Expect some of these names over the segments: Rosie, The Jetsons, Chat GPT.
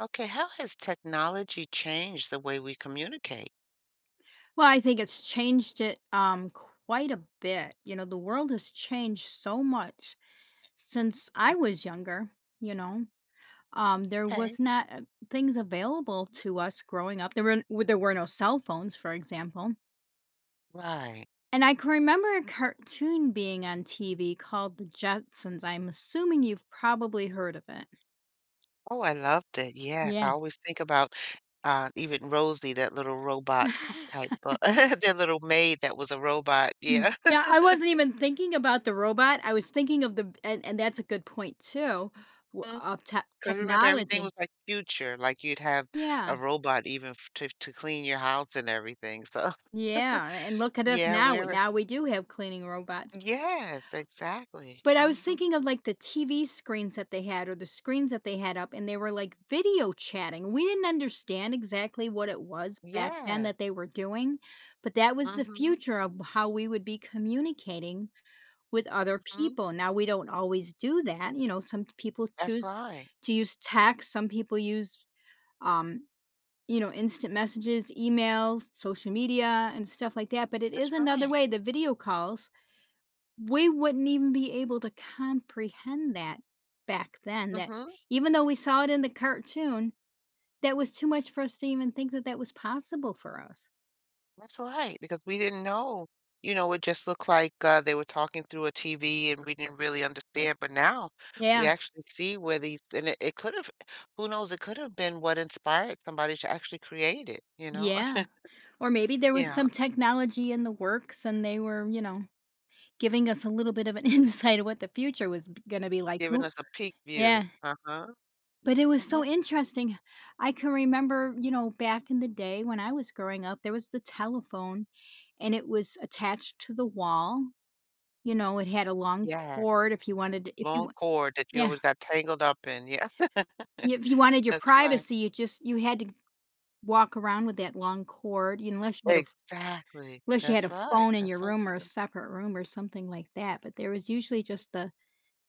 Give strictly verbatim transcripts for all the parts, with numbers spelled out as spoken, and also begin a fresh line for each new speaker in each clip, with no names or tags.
Okay, how has technology changed the way we communicate?
Well, I think it's changed it um quite a bit. You know, the world has changed so much since I was younger, you know. Um there was
Okay,
not uh, things available to us growing up. There were well, there were no cell phones, for example.
right.
And I can remember a cartoon being on T V called The Jetsons. I'm assuming you've probably heard of it.
Oh, I loved it. Yes,
Yeah.
I always think about uh, even Rosie, that little robot type, uh, that little maid that was a robot.
Mm.
Yeah.
Yeah, I wasn't even thinking about the robot, I was thinking of the and and that's a good point too, w of tech
Because remember, everything was
technology.
like future, like you'd have
Yeah,
a robot even f- to, to clean your house and everything. So,
yeah, and look at us
yeah,
now, we
we're,
now we do have cleaning robots.
yes, exactly.
But I
Hmm.
was thinking of, like, the T V screens that they had or the screens that they had up, and they were, like, video chatting. We didn't understand exactly what it was back then that they
Yes.
were doing, but that was the
Hmm.
future of how we would be communicating with other
Hmm.
people. Now, we don't always do that. You know, some people
That's
choose
right.
to use text, some people use, um, you know, instant messages, emails, social media, and stuff like that. But it is
That's
another
right.
way, the video calls, we wouldn't even be able to comprehend that back then. That
Hmm.
even though we saw it in the cartoon, that was too much for us to even think that that was possible for us.
That's right, because we didn't know. You know, it just looked like uh, they were talking through a T V and we didn't really understand. But now we
Yeah,
actually see where these, and it, it could have, who knows, it could have been what inspired somebody to actually create it, you know?
yeah. Or maybe there was
Yeah,
some technology in the works and they were, you know, giving us a little bit of an insight of what the future was gonna be like,
giving
who
us a peek view.
Yeah,
Uh-huh.
but it was
Hmm.
so interesting. I can remember, you know, back in the day when I was growing up, there was the telephone, and it was attached to the wall, you know, it had a long
Yes.
cord if you wanted if you
Long
wa
cord that you
Yeah,
always got tangled up in. Yeah,
y- if you wanted your
that's right.
privacy, you just you had to walk around with that long cord, you- unless you had a f
Exactly.
unless you had a
That's right.
phone in
That's
your
so
room or a
true.
separate room or something like that, but there was usually just the.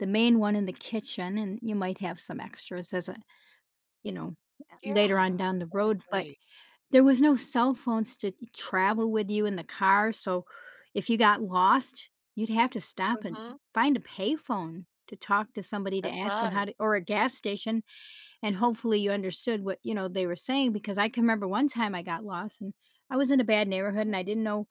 the main one in the kitchen, and you might have some extras as a you know, later on
Yeah,
down the
I
road, but
agree.
there was no cell phones to travel with you in the car, so if you got lost, you'd have to stop and
Mm-hmm.
find a payphone to talk to somebody to
That's
ask them how
right.
to or a gas station, and hopefully you understood what, you know, they were saying because I can remember one time I got lost, and I was in a bad neighborhood,
Mhm.
and I didn't know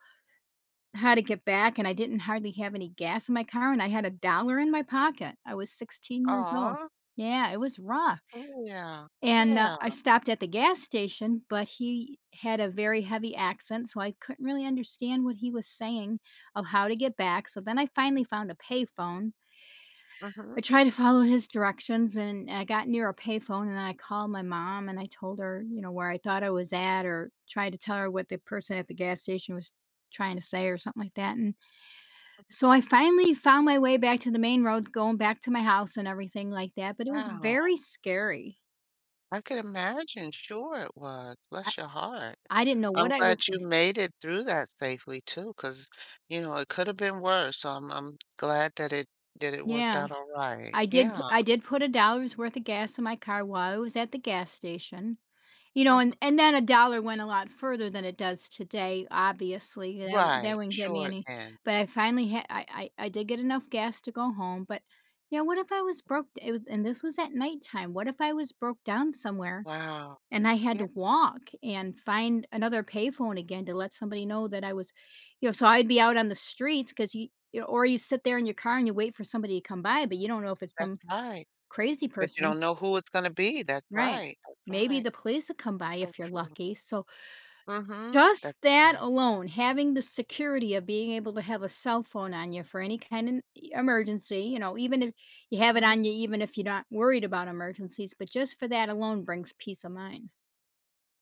how to get back, and I didn't hardly have any gas in my car, and I had a dollar in my pocket. I was sixteen years old. Yeah, it was rough,
Oh, yeah.
and, uh,
Yeah.
I stopped at the gas station, but he had a very heavy accent, so I couldn't really understand what he was saying of how to get back, so then I finally found a payphone. I
Mhm,
tried to follow his directions, and I got near a payphone, and I called my mom, and I told her, you know, where I thought I was at or tried to tell her what the person at the gas station was trying to say or something like that, and
mhm.
so I finally found my way back to the main road, going back to my house and everything like that, but it was very
Wow.
scary.
I could imagine. Sure it was.
I
Bless your heart.
I didn't know
I'm
what I was
glad you
gonna
made it through that safely too 'cause, you know, it could have been worse, so I'm I'm glad that it that it worked
Yeah.
out all right.
I did pu-
Yeah.
I did put a dollar's worth of gas in my car while I was at the gas station, you know, and
Mhm.
and then a dollar went a lot further than it does today, obviously, that wou that
Right.
wouldn't get me
Sure it
any
can.
but I finally had. I I I did get enough gas to go home, but, yeah, what if I was broke it was and this was at nighttime, what if I was broke down somewhere
Wow.
and I had
Yeah,
to walk and find another payphone again to let somebody know that I was you know, so I'd be out on the streets 'cause you you or you sit there in your car and you wait for somebody to come by, but you don't know if it's
that's
some
right.
crazy
But you
person.
don't know who it's gonna be. That's
Right.
right. That's
Maybe
right.
the police will come by
So
if you're
true.
lucky. So
Mhm. That's
just that
right.
alone, having the security of being able to have a cell phone on you for any kind of emergency, you know, even if you have it
Mhm.
on you, even if you're not worried about emergencies, but just for that alone brings peace of mind.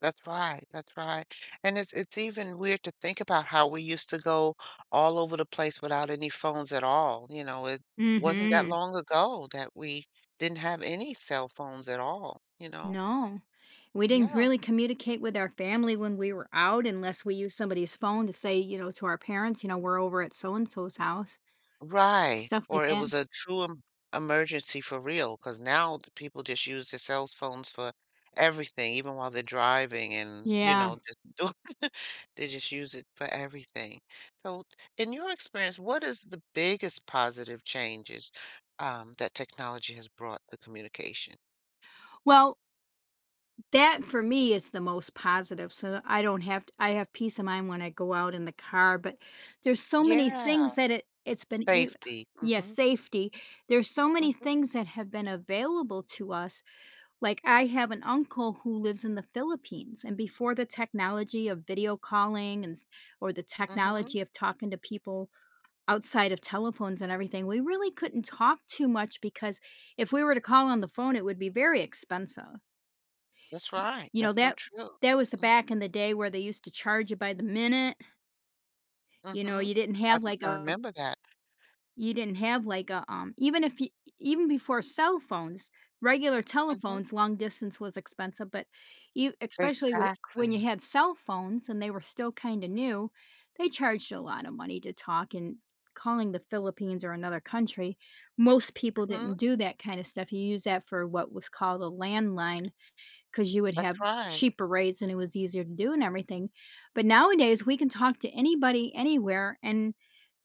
That's right, that's right. And it's it's even weird to think about how we used to go all over the place without any phones at all. You know, it wasn't that
Mhm.
long ago that we didn't have any cell phones at all, you know?
No, we didn't
Yeah.
really communicate with our family when we were out unless we used somebody's phone to say, you know, to our parents, you know, we're over at so and so's house,
Right,
stuff like
or it
that.
was a true em emergency for real, because now the people just use their cell phones for everything, even while they're driving and, you
Yeah.
know, just do they just use it for everything. So, in your experience, what is the biggest positive changes, um, that technology has brought to communication?
Well, that for me is the most positive. So I don't have, I have peace of mind when I go out in the car, but there's so many
Yeah,
things that it, it's been, e-
safety.
yes,
Mhm,
safety. There's so many
mhm,
things that have been available to us like, I have an uncle who lives in the Philippines, and before the technology of video calling and s or the
mhm.
technology of talking to people outside of telephones and everything, we really couldn't talk too much because if we were to call on the phone, it would be very expensive.
That's right,
You know,
that's so
that
true.
that was
Mhm,
back in the day where they used to charge you by the minute, you know,
mhm.
you didn't
I
have, like,
I
a
remember that.
You didn't have like a, um even if you even before cell phones, regular
Mhm.
telephones, long distance was expensive, but you especially with when you
Exactly.
had cell phones and they were still kind of new, they charged a lot of money to talk and calling the Philippines or another country, most people
Mhm.
didn't do that kind of stuff. You use that for what was called a landline 'cause you would
That's
have
right.
cheaper rates and it was easier to do and everything, but nowadays, we can talk to anybody anywhere, and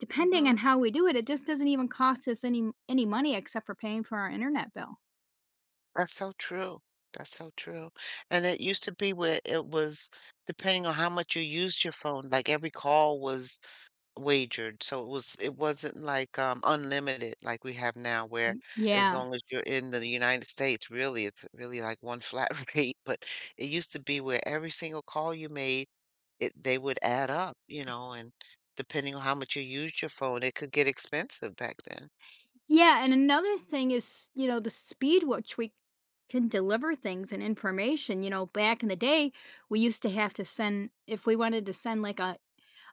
depending on
Mhm.
how we do it, it just doesn't even cost us any any money except for paying for our internet bill.
That's so true. That's so true. And it used to be where it was depending on how much you used your phone, like, every call was wagered, so it was it wasn't, like, um, unlimited like we have now where
Mm,
as
yeah.
long as you're in the United States, really, it's really like one flat rate, but it used to be where every single call you made it they would add up, you know, and depending on how much you used your phone, it could get expensive back then.
Yeah, and another thing is, you know, the speed which we can deliver things and information, you know, back in the day, we used to have to send if we wanted to send, like, a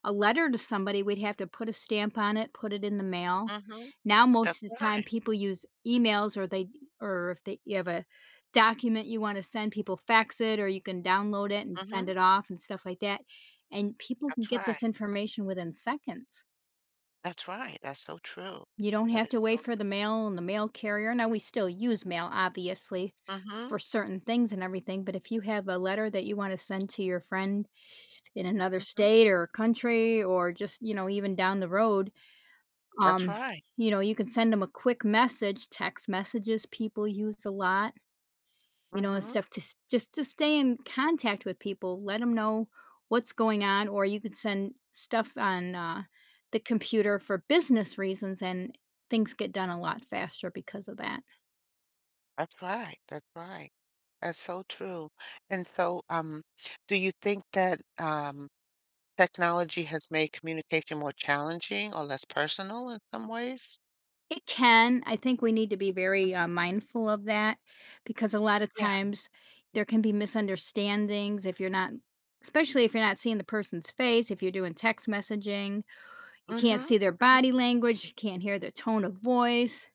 A letter to somebody, we'd have to put a stamp on it, put it in the mail.
Mhm.
Now,
That's
most of the time,
right.
people use emails or they or if they you have a document you wanna send, people fax it or you can download it and send
Mhm.
it off and stuff like that, and people can
That's
get
right.
this information within seconds.
That's right. That's so true.
You don't
That
have
is
to wait
so
for the mail and the mail carrier. Now, we still use mail, obviously,
true.
for
Mhm.
certain things and everything, but if you have a letter that you wanna send to your friend in another
Mhm.
state or country or just, you know, even down the road,
That's
Um,
right.
you know, you can send them a quick message, text messages people use a lot, you know, and
Mhm.
stuff to s- just to stay in contact with people, let them know what's going on, or you could send stuff on uh, the computer for business reasons and things get done a lot faster because of that.
That's right. That's right. That's so true. And so, um, do you think that um, technology has made communication more challenging or less personal in some ways?
It can. I think we need to be very
Mhm.
uh, mindful of that because a lot of
Yeah.
times there can be misunderstandings if you're not especially if you're not seeing the person's face, if you're doing text messaging, you can't
Mm-hmm.
see their body language, you can't hear their tone of voice,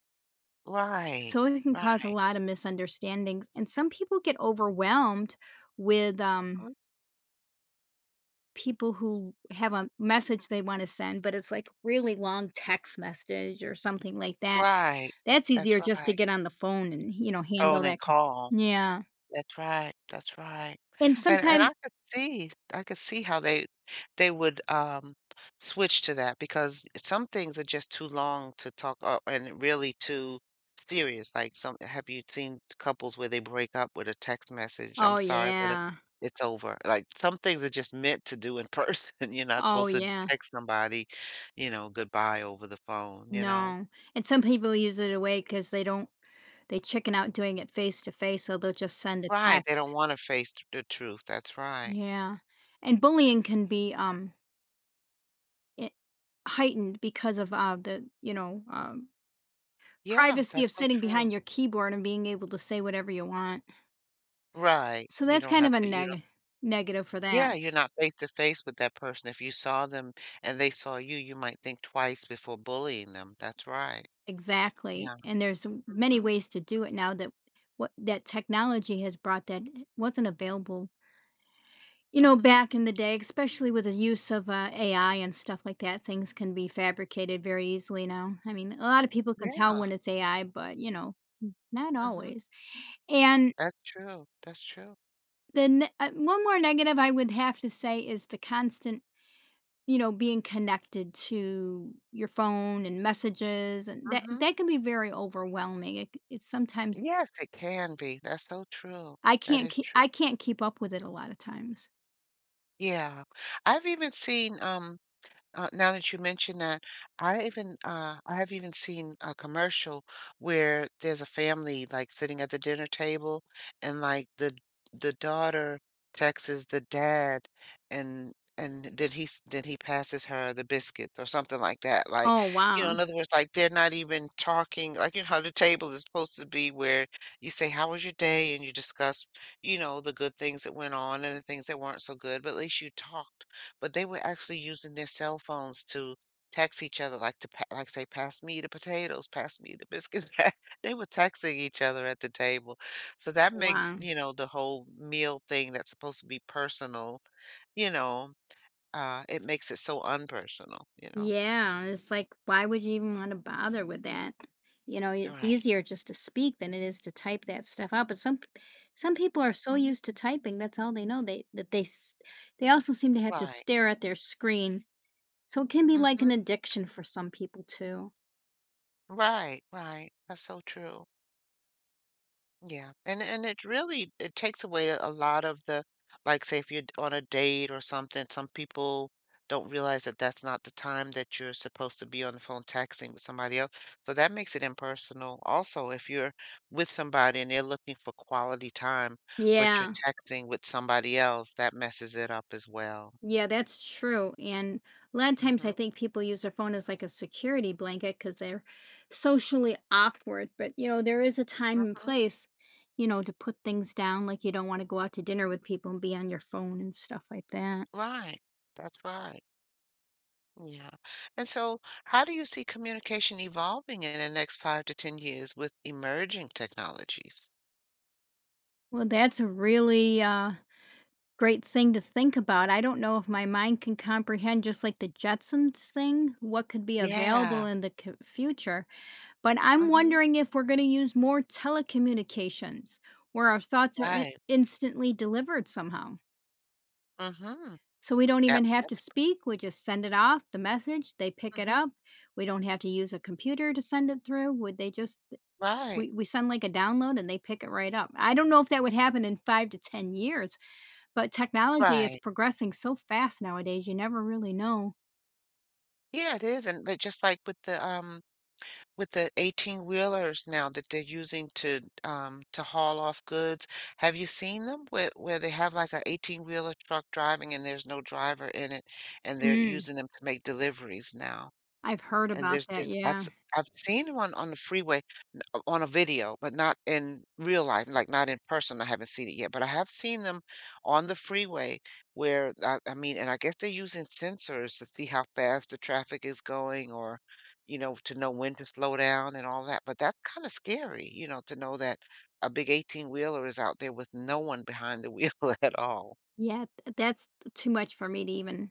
Right.
so it can cause a
Right.
lot of misunderstandings, and some people get overwhelmed with, um,
Mhm.
people who have a message they wanna send, but it's, like, really long text message or something like that.
Right.
That's
That's
easier just to
right.
get on the phone and, you know, handle
Phone and
that.
call.
Yeah,
That's right, that's right.
and
And and
sometimes,
I could see I could see how they they would, um, switch to that because some things are just too long to talk o and really too serious, like some have you seen couples where they break up with a text message? "I'm
oh,
sorry, but it
yeah.
it's over." Like, some things are just meant to do in person. You're not
Oh,
supposed to
yeah.
text somebody, you know, goodbye over the phone, you know?
No, and some people use it away because they don't they chicken out doing it face to face, so they'll just send a
Right, they
text.
don't wanna face the truth, that's right.
Yeah, and bullying can be um I heightened because of uh, the you know um,
Yeah,
privacy
that's
of
so
sitting behind
true.
your keyboard and being able to say whatever you want.
Right.
So
you
that's
don't
kind of
have
a
to you don't
neg negative for that.
Yeah, you're not face to face with that person. If you saw them and they saw you, you might think twice before bullying them. That's right.
Exactly,
Yeah.
and there's m- many
Mhm,
ways to do it now that what that technology has brought that wasn't available. You know,
mhm.
back in the day, especially with the use of uh, A I and stuff like that, things can be fabricated very easily now. I mean, a lot of people can tell
Yeah,
when it's A I, but you know, not
mhm.
always. And
That's true, that's true.
then uh, One more negative I would have to say is the constant, you know, being connected to your phone and messages, and that
Mhm.
that can be very overwhelming. It, it's sometimes
Yes, it can be. That's so true.
I
That
can't
is
keep
true.
I can't keep up with it a lot of times.
Yeah. I've even seen, um Uh, now that you mention that, I even uh, I have even seen a commercial where there's a family like sitting at the dinner table, and like the the daughter texts the dad, and and then he s- then he passes her the biscuits or something like that. Like,
Oh
you know,
wow,
in other words, like they're not even talking. Like, you know how the table is supposed to be where you say, "How was your day?" and you discuss, you know, the good things that went on and the things that weren't so good, but at least you talked, but they were actually using their cell phones to text each other, like to pa- like say, "Pass me the potatoes, pass me the biscuits." They were texting each other at the table, so that makes,
wow.
you know the whole meal thing that's supposed to be personal. You know, uh, it makes it so unpersonal. You know.
Yeah, it's like, why would you even want to bother with that? You know,
All
it's
right.
easier just to speak than it is to type that stuff out. But some p- some people are so
Mm-hmm.
used to typing, that's all they know. They that they s- They also seem to have to
Right.
stare at their screen. So it can be like
Mm-hmm.
an addiction for some people too.
Right. Right. That's so true. Yeah, and and it really it takes away a lot of the like say if you're on a date or something, some people don't realize that that's not the time that you're supposed to be on the phone texting with somebody else. So that makes it impersonal. Also, if you're with somebody and they're looking for quality time, but you're
Yeah.
texting with somebody else, that messes it up as well.
Yeah, that's true. And a lot of times
Mm-hmm.
I think people use their phone as like a security blanket because they're socially awkward. But, you know, there is a time and
Mm-hmm.
place, you know, to put things down. Like you don't want to go out to dinner with people and be on your phone and stuff like that.
Right. That's right. Yeah. And so, how do you see communication evolving in the next five to ten years with emerging technologies?
Well, that's a really uh, great thing to think about. I don't know if my mind can comprehend just like the Jetsons thing, what could be available
Yeah.
in the c- future. But I'm
Mm-hmm.
wondering if we're going to use more telecommunications where our thoughts are in-
Right.
instantly delivered somehow.
Mm-hmm.
So we don't
That,
even have to
that's,
speak, we just send it off, the message, they pick it
mm-hmm.
up. We don't have to use a computer to send it through. Would they just
Right.
we, we send like a download and they pick it right up. I don't know if that would happen in five to ten years, but technology is
Right.
progressing so fast nowadays, you never really know.
Yeah, it is. And like- just like with the um with the eighteen wheelers now that they're using to um to haul off goods, have you seen them where where they have like a eighteen wheeler truck driving and there's no driver in it and they're
Mm,
using them to make deliveries now?
I've heard
And
about
there's
that.
this I've
Yeah.
s I've seen one on the freeway o on a video, but not in real life, like, not in person. I haven't seen it yet, but I have seen them on the freeway where I I mean, and I guess they're using sensors to see how fast the traffic is going or, you know, to know when to slow down and all that, but that's kinda scary, you know, to know that a big eighteen-wheeler is out there with no one behind the wheel at all,
Yeah. th- That's too much for me to even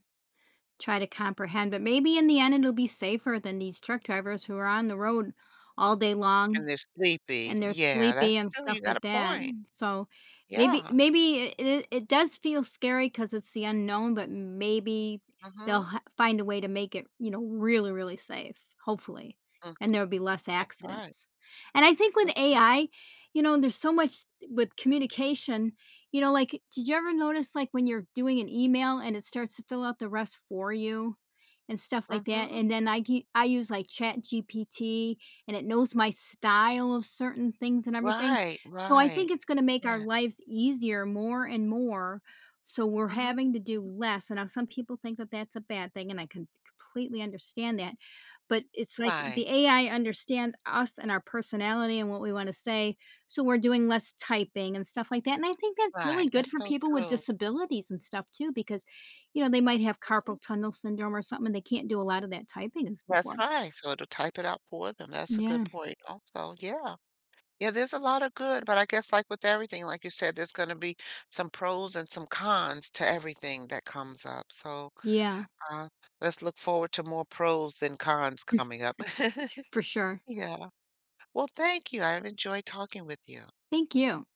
try to comprehend, but maybe in the end it'll be safer than these truck drivers who are on the road all day long,
and they're sleepy.
and they're
Yeah,
sleepy
that's
and
true,
stuff
you got
like
a
that.
point.
So, maybe
Yeah.
maybe it it it does feel scary because it's the unknown, but maybe they'll
Mhm.
ha find a way to make it, you know, really, really safe, hopefully,
Mhm.
and there'll be less
That's right.
accidents. And I think with A I, you know, there's so much with communication, you know, like, did you ever notice, like, when you're doing an email and it starts to fill out the rest for you and stuff like that?
Mhm.
And then I ge- I use, like, Chat G P T and it knows my style of certain things and everything.
Right,
So I think
right.
it's gonna make our
Yeah.
lives easier more and more, so we're
Mhm.
having to do
Mhm.
less, and now some people think that that's a bad thing, and I can completely understand that, but it's like the
Right,
A I understands us and our personality and what we wanna say, so we're doing less typing and stuff like that, and I think that's really
right.
good
That's
for
so
people with
true.
disabilities and stuff too because, you know, they might have
Mhm.
carpal tunnel syndrome or something, and they can't do a lot of that typing and so
That's
forth.
right. So it'll type it out for them. That's a good
Yeah.
point also. Yeah. Yeah, there's a lot of good, but I guess like with everything, like you said, there's gonna be some pros and some cons to everything that comes up. So,
Yeah.
uh, let's look forward to more pros than cons coming up.
For sure.
Yeah. Well, thank you. I've enjoyed talking with you.
Thank you.